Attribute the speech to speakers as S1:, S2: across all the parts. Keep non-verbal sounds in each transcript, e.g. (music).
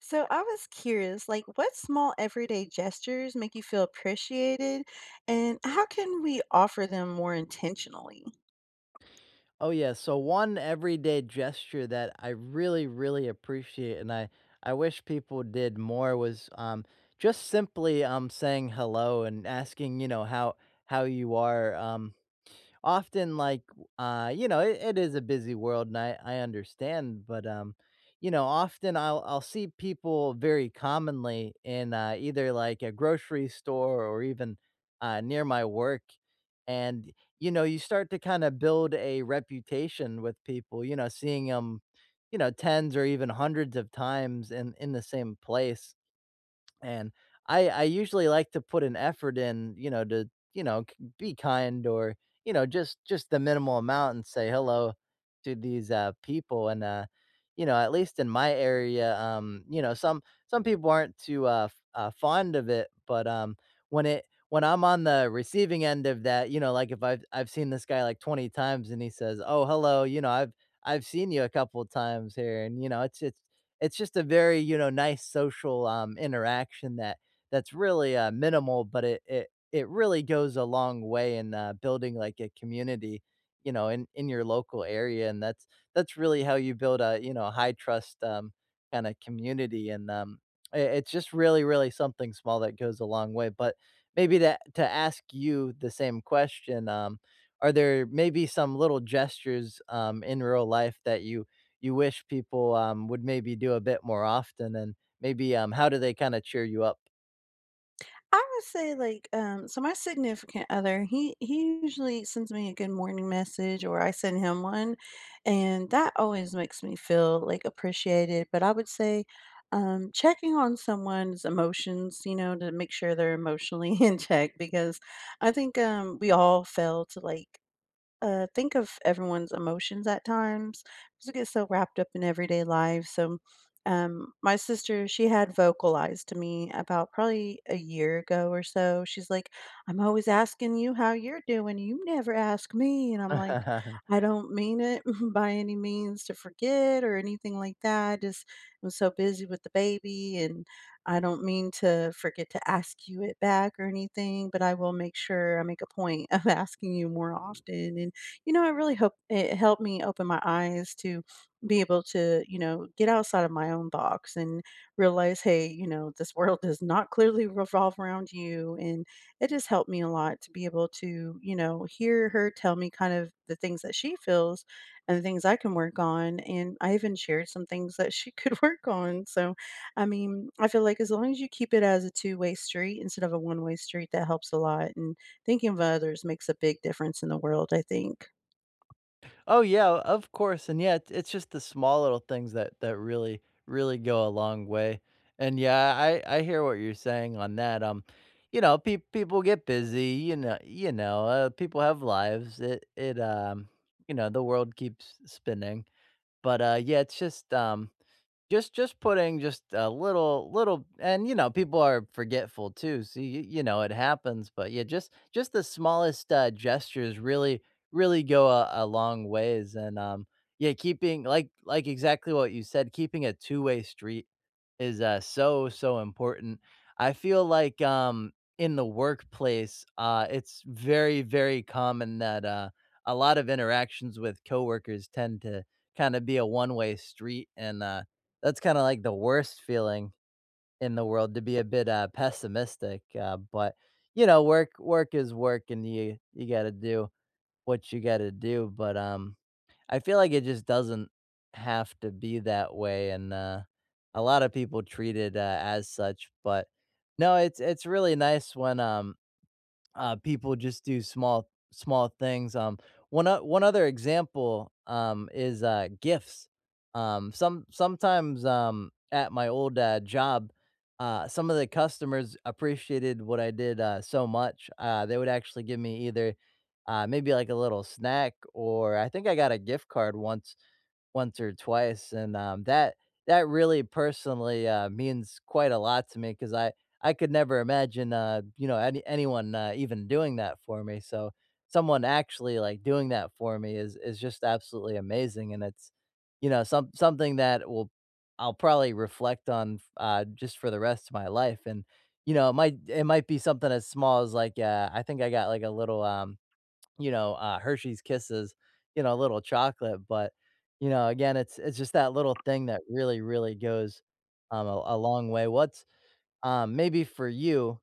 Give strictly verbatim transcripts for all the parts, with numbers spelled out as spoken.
S1: So I was curious, like what small everyday gestures make you feel appreciated and how can we offer them more intentionally?
S2: Oh, yeah, so one everyday gesture that I really, really appreciate, and I I wish people did more was um just simply um saying hello and asking you know how how you are, um often, like, uh you know it, it is a busy world, and I, I understand, but um you know often I'll I'll see people very commonly in, uh, either like a grocery store or even, uh, near my work. And you know you start to kind of build a reputation with people, you know seeing them, you know tens or even hundreds of times in in the same place. And I I usually like to put an effort in, you know, to, you know, k be kind, or, you know, just just the minimal amount, and say hello to these, uh, people, and, uh, you know, at least in my area, um, you know, some some people aren't too, uh, f uh, fond of it, but, um, when it when I'm on the receiving end of that, you know, like, if I've I've seen this guy, like, twenty times, and he says, "Oh, hello, you know, "I've I've seen you a couple times here," and, you know, it's it's it's just a very, you know, nice social, um, interaction, that that's really, uh, minimal, but it it it really goes a long way in, uh, building, like, a community, you know, in in your local area, and that's that's really how you build a, you know, a high trust, um, kinda community, and um, I it's just really, really something small that goes a long way. But maybe to to ask you the same question, um, are there maybe some little gestures, um, in real life that you you wish people, um, would maybe do a bit more often, and maybe, um, how do they kinda cheer you up?
S1: I would say like um so my significant other, he he usually sends me a good morning message or I send him one, and that always makes me feel like appreciated. But I would say um checking on someone's emotions, you know, to make sure they're emotionally (laughs) in check because I think um we all fail to like uh, think of everyone's emotions at times. Just get so wrapped up in everyday life. So, um, my sister, she had vocalized to me about probably a year ago or so. She's like, "I'm always asking you how you're doing. You never ask me." And I'm like,
S2: (laughs)
S1: "I don't mean it (laughs) by any means to forget or anything like that. I just was so busy with the baby, and I don't mean to forget to ask you it back or anything. But I will make sure I make a point of (laughs) asking you more often." And you know, I really hope it helped me open my eyes to be able to, you know, get outside of my own box and realize, hey, you know, this world does not clearly revolve around you. And it just helped me a lot to be able to, you know, hear her tell me kind of the things that she feels and the things I can work on. And I even shared some things that she (laughs) could work on. So, I mean, I feel like as long as you keep it as a two way street instead of a one way street, that helps a lot. And thinking of others makes a big difference in the world, I think.
S2: Oh, yeah, of course. And yeah, it's it's just the small little things that that really, really go a long way. And yeah, I I hear what you're saying on that, um, you know, pe people get busy, you know you know, uh, people have lives, it it, um, you know, the world keeps spinning. But, uh, yeah, it's just, um Just just putting just a little little, and, you know, people are forgetful too, so you you know, it happens. But yeah, just just the smallest, uh, gestures really really go a a long ways. And, um, yeah, keeping, like like exactly what you said, keeping a two-way street is, uh, so, so important. I feel like, um, in the workplace, uh, it's very, very common that, uh, a lot of interactions with coworkers tend to kinda be a one-way street, and, uh, that's kinda like the worst feeling in the world, to be a bit, uh, pessimistic, uh, but, you know, work work is work, and you you gotta do what you gotta do. But, um I feel like it just doesn't have to be that way, and, uh, a lot of people treat it, uh, as such. But, no, it's it's really nice when, um uh, people just do small small things. Um, one o- one other example, um, is, uh, gifts. Um, some sometimes um, at my old, uh, job, uh, some of the customers appreciated what I did, uh, so much. Uh, they would actually give me either, uh, maybe, like, a little snack, or I think I got a gift card once once or twice, and, um, that that really personally, uh, means quite a lot to me, because I I could never imagine, uh, you know, any anyone, uh, even doing that for me. So someone actually, like, doing that for me is is just absolutely amazing, and it's, you know, some something that will I'll probably reflect on, f uh, just for the rest of my life, and, you know, it might it might be something as small as, like, uh I think I got, like, a little, um you know, uh, Hershey's Kisses, you know, a little chocolate, but, you know, again, it's it's just that little thing that really, really goes, um, a a long way. What's, um, maybe for you,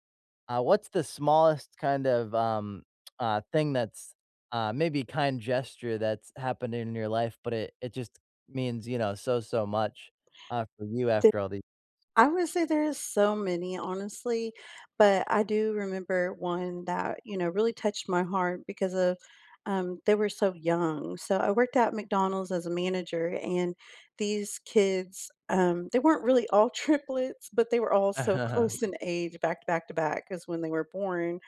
S2: uh, what's the smallest kind of, um, uh, thing that's, uh, maybe kind gesture that's happened in your life, but it it just means, you know, so, so much, uh, for you,
S1: Th
S2: after all these.
S1: I would say there's so many, honestly, but I do remember one that, you know, really touched my heart because of, um, they were so young. So I worked at McDonald's as a manager, and these kids, um, they weren't really all (laughs) triplets, but they were all so close in age, back to back to back, back, 'cause when they were born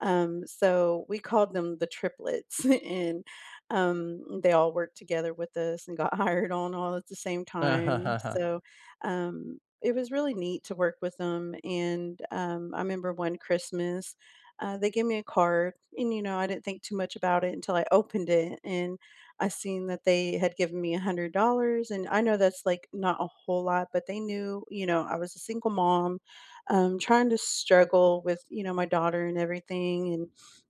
S1: um, so we called them the triplets, (laughs) and um, they all worked together with us and got (laughs) hired on all at the same time.
S2: (laughs)
S1: So um, it was really neat to work with them. And um, I remember one Christmas, uh, they gave me a card, and you know, I didn't think too much about it until I opened it and I seen that they had given me a hundred dollars. And I know that's like not a whole lot, but they knew, you know, I was a single mom, um, trying to struggle with, you know, my daughter and everything. And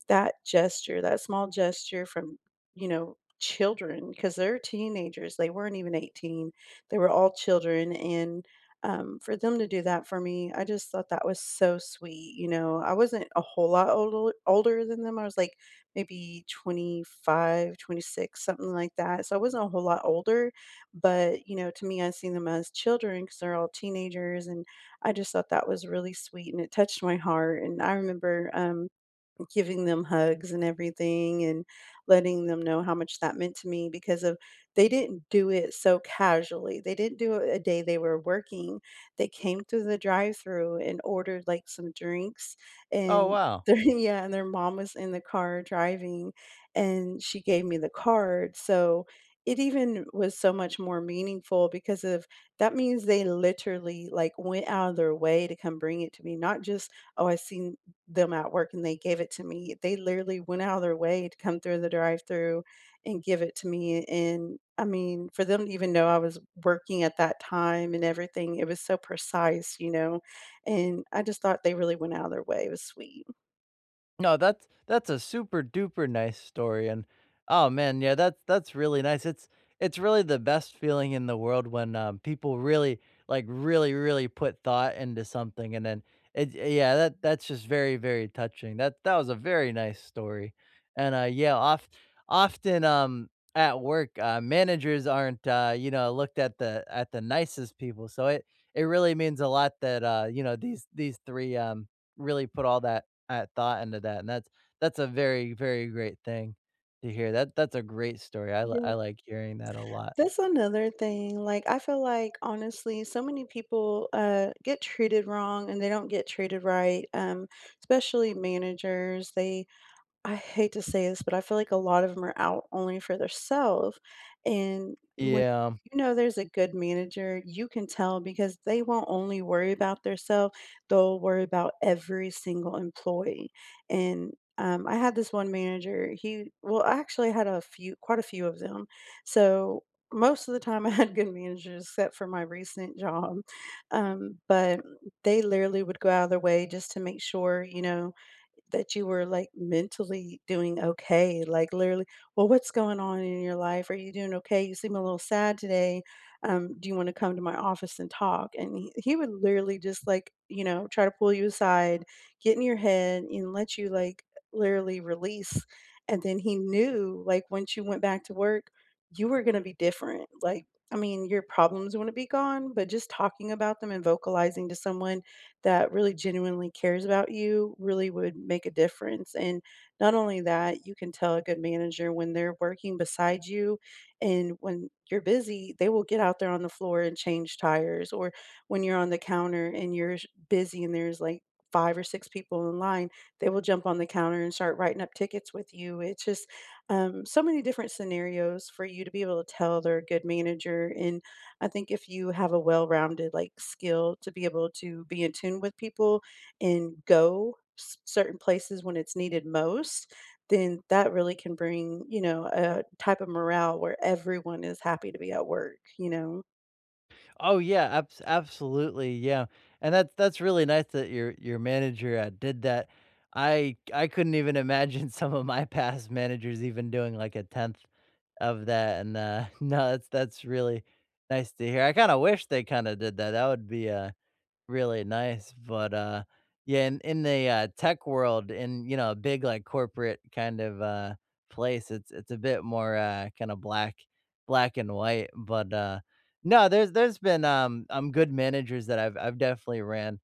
S1: that gesture, that small gesture from, you know, children, because they're teenagers, they weren't even eighteen, they were all children. And um, for them to do that for me, I just thought that was so sweet. You know, I wasn't a whole lot older, older than them. I was like maybe twenty five, twenty six, something like that. So I wasn't a whole lot older, but you know, to me, I seen them as children because they're all teenagers. And I just thought that was really sweet, and it touched my heart, and I remember, um, giving them hugs and everything and letting them know how much that meant to me because of they didn't do it so casually. They didn't do it a day they were working. They came through the drive-through and ordered like some drinks
S2: Oh,
S1: and
S2: wow.
S1: their, (laughs) yeah, and their mom was in the car driving and she gave me the card. So it even was so much more meaningful because of that means they literally like went out of their way to come bring it to me, not just, oh, I seen them at work and they gave it to me. They literally went out of their way to come through the drive-through and give it to me, and I mean, for them to even know I was working at that time and everything, it was so precise, you know, and I just thought they really went out of their way. It was sweet.
S2: No, that's that's a super duper nice story, and, oh man, yeah, that's that's really nice. It's it's really the best feeling in the world when, um, people really, like, really really put thought into something, and then it yeah, that that's just very very touching. That that was a very nice story. And, uh, yeah, oft often um at work, uh, managers aren't, uh, you know looked at the at the nicest people, so it it really means a lot that, uh, you know these these three, um really put all that I thought into that, and that's that's a very, very great thing to hear. That that's a great story. I li
S1: Yeah,
S2: I like hearing that a lot.
S1: that's another thing, like, I feel like, honestly, so many people, uh, get treated wrong and they don't get treated right, um, especially managers. They I hate to say this, but I feel like a lot of them are out only for themselves, and when
S2: Yeah.
S1: you know there's a good manager, you can tell because they won't only worry about themselves; they'll worry about every single employee. And, um, I had this one manager, he well, I actually had a few quite a few of them, so most of the time (laughs) I had good managers except for my recent job, um, but they literally would go out of their way just to make sure, you know, that you were like mentally doing okay, like literally, well, what's going on in your life? Are you doing okay? You seem a little sad today. Um, do you want to come to my office and talk? And he, he would literally just like, you know, try to pull you aside, get in your head, and let you like literally release. And then he knew like once you went back to work, you were going to be different. Like, I mean, your problems wouldn't be gone, but just talking about them and vocalizing to someone that really genuinely cares about you really would make a difference. And not only that, you can tell a good manager when they're working beside you and when you're busy, they will get out there on the floor and change tires. Or when you're on the counter and you're sh- busy and there's like five or six people in line, they will jump on the counter and start writing up tickets with you. It's just um, so many different scenarios for you to be able to tell they're a good manager. And I think if you have a well-rounded, like, skill to be able to be in tune with people and go c certain places when it's needed most, then that really can bring, you know, a type of morale where everyone is happy to be at work, you know?
S2: Oh, yeah, abs absolutely, yeah, and that's that's really nice that your your manager, uh, did that. I I couldn't even imagine (laughs) some of my past managers even doing, like, a tenth of that, and, uh, (laughs) no, that's that's really nice to hear. I kinda wish they kinda did that. That would be, uh Really nice. But, uh, yeah, in in the, uh, tech world, in, you know, a big, like, corporate kind of, uh, place, it's it's a bit more, uh, kinda black black and white. But, uh, no, there's there's been, um, um, good managers that I've I've definitely ran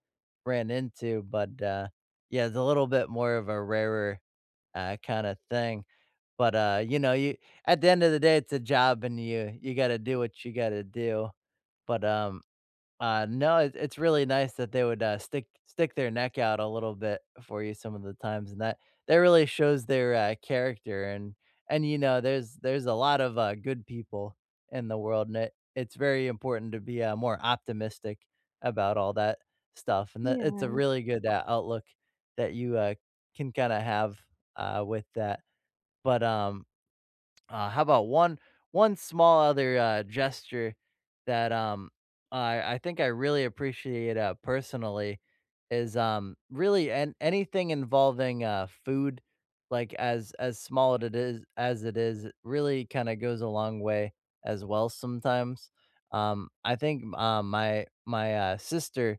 S2: ran into. But, uh, yeah, it's a little bit more of a rarer, uh, kinda thing, but, uh, you know, you at the end of the day, it's a job, and you you gotta do what you gotta do. But, um uh, no, it it's really nice that they would, uh, stick stick their neck out a little bit for you some of the times, and that that really shows their, uh, character. And and, you know, there's there's a lot of, uh, good people in the world, and it it's very important to be, uh, more optimistic about all that stuff. And that it's a
S1: Yeah.
S2: really good, uh, outlook that you, uh, can kinda have, uh, with that, but, um uh, how about one one small, other, uh, gesture that, um I I think I really appreciate, uh, personally, is, um really, and anything involving, uh food, like, as as small it is as it is, it really kind of goes a long way as well sometimes. um I think, um my my uh sister,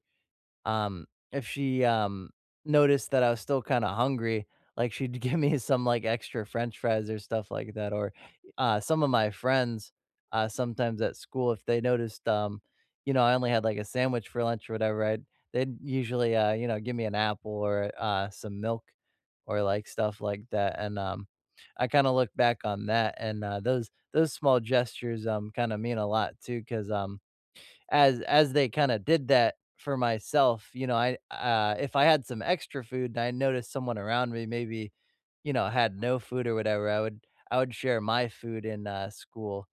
S2: um, if she, um, noticed that I was still kinda hungry, like, she'd (laughs) give me some, like, extra french fries or stuff like that, or, uh, some of my friends, uh, sometimes at school, if they noticed, um, you know, I only had, like, a sandwich for lunch or whatever, I'd they'd usually, uh, you know, give me an apple or, uh, some milk, or, like, stuff like that, and, um, I kinda look back on that, and, uh, those those small gestures, um, kinda mean a lot too, because um as as they kinda did that for myself, you know, I uh, if I had some extra food and I noticed someone around me maybe, you know, had no food or whatever, I would I would share my food in, uh, school,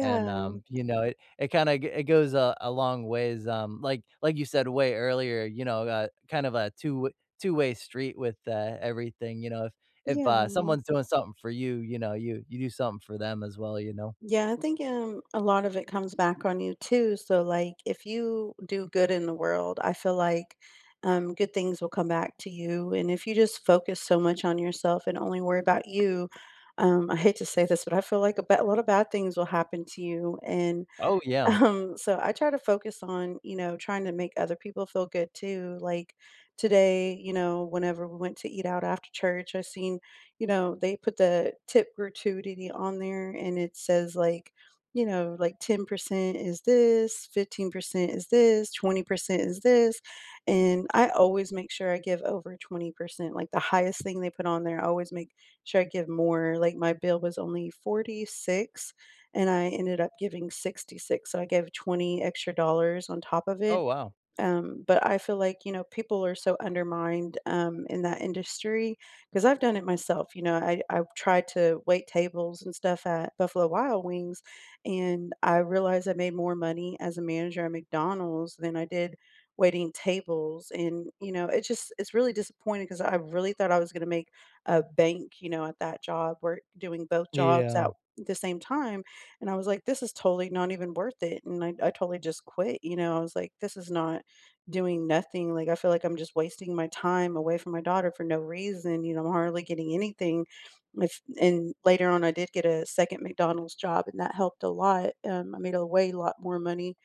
S2: and, um, you know, it it kinda it goes a a long ways, um, like like you said way earlier, you know, uh, kind of a two two-way street with, uh, everything. You know, if, if,
S1: Yeah.
S2: uh, someone's doing something for you, you know, you you do something for them as well, you know?
S1: Yeah, I think, um, a lot of it comes back on you too. So, like, if you do good in the world, I feel like, um, good things will come back to you. And if you just focus so much on yourself and only worry about you, um, I hate to say this, but I feel like a ba- a lot of bad things will happen to you. And
S2: Oh, yeah.
S1: um, so I try to focus on, you know, trying to make other people feel good too. Like today, you know, whenever we went to eat out after church, I seen, you know, they put the tip gratuity on there and it says like, you know, like ten percent is this, fifteen percent is this, twenty percent is this. And I always make sure I give over twenty percent. Like the highest thing they put on there, I always make sure I give more. Like my bill was only forty six and I ended up giving sixty six, so I gave twenty extra dollars on top of it.
S2: Oh, wow.
S1: um, but I feel like, you know, people are so undermined um, in that industry because I've done it myself. You know, I, I've tried to wait tables and stuff at Buffalo Wild Wings, and I realized I made more money as a manager at McDonald's than I did waiting tables. And, you know, it just, it's really disappointing because I really thought I was going to make a bank, you know, at that job, work doing both jobs
S2: Yeah.
S1: at the same time. And I was like, this is totally not even worth it. And I, I totally just quit. You know, I was like, this is not doing nothing. Like, I feel like I'm just wasting my time away from my daughter for no reason. You know, I'm hardly getting anything. If and later on, I did get a second McDonald's job, and that helped a lot. Um, I made a way lot more money.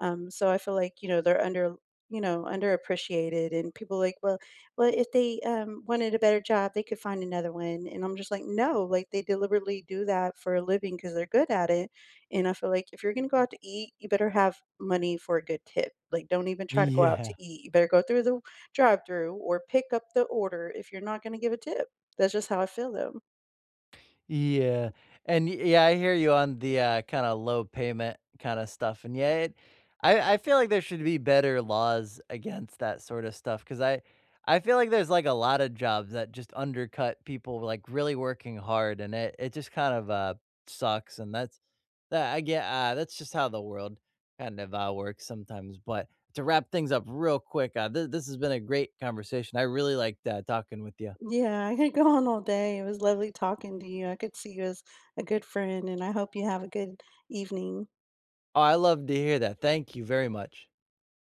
S1: Um, so I feel like you know they're under you know underappreciated, and people like, well, well, if they um, wanted a better job, they could find another one. And I'm just like, no, like they deliberately do that for a living because they're good at it. And I feel like if you're gonna go out to eat, you better have money for a good tip. Like, don't even try to go out
S2: Yeah.
S1: to eat. You better go through the drive-through or pick up the order if you're not gonna give a tip. That's just how I feel though.
S2: Yeah, and y yeah, I hear you on the, uh, kinda low payment kinda stuff, and yeah, it I I feel like there should be better laws against that sort of stuff, because I I feel like there's, like, a lot of jobs that just undercut people, like, really working hard, and it it just kind of, uh, sucks, and that's, that I get, uh, that's just how the world kind of, uh, works sometimes. But to wrap things up real quick, uh, th this has been a great conversation. I really liked, uh, talking with you.
S1: Yeah, I could go on all day. It was lovely talking to you. I could see you as a good friend, and I hope you have a good evening.
S2: Oh, I love to hear that. Thank you very much.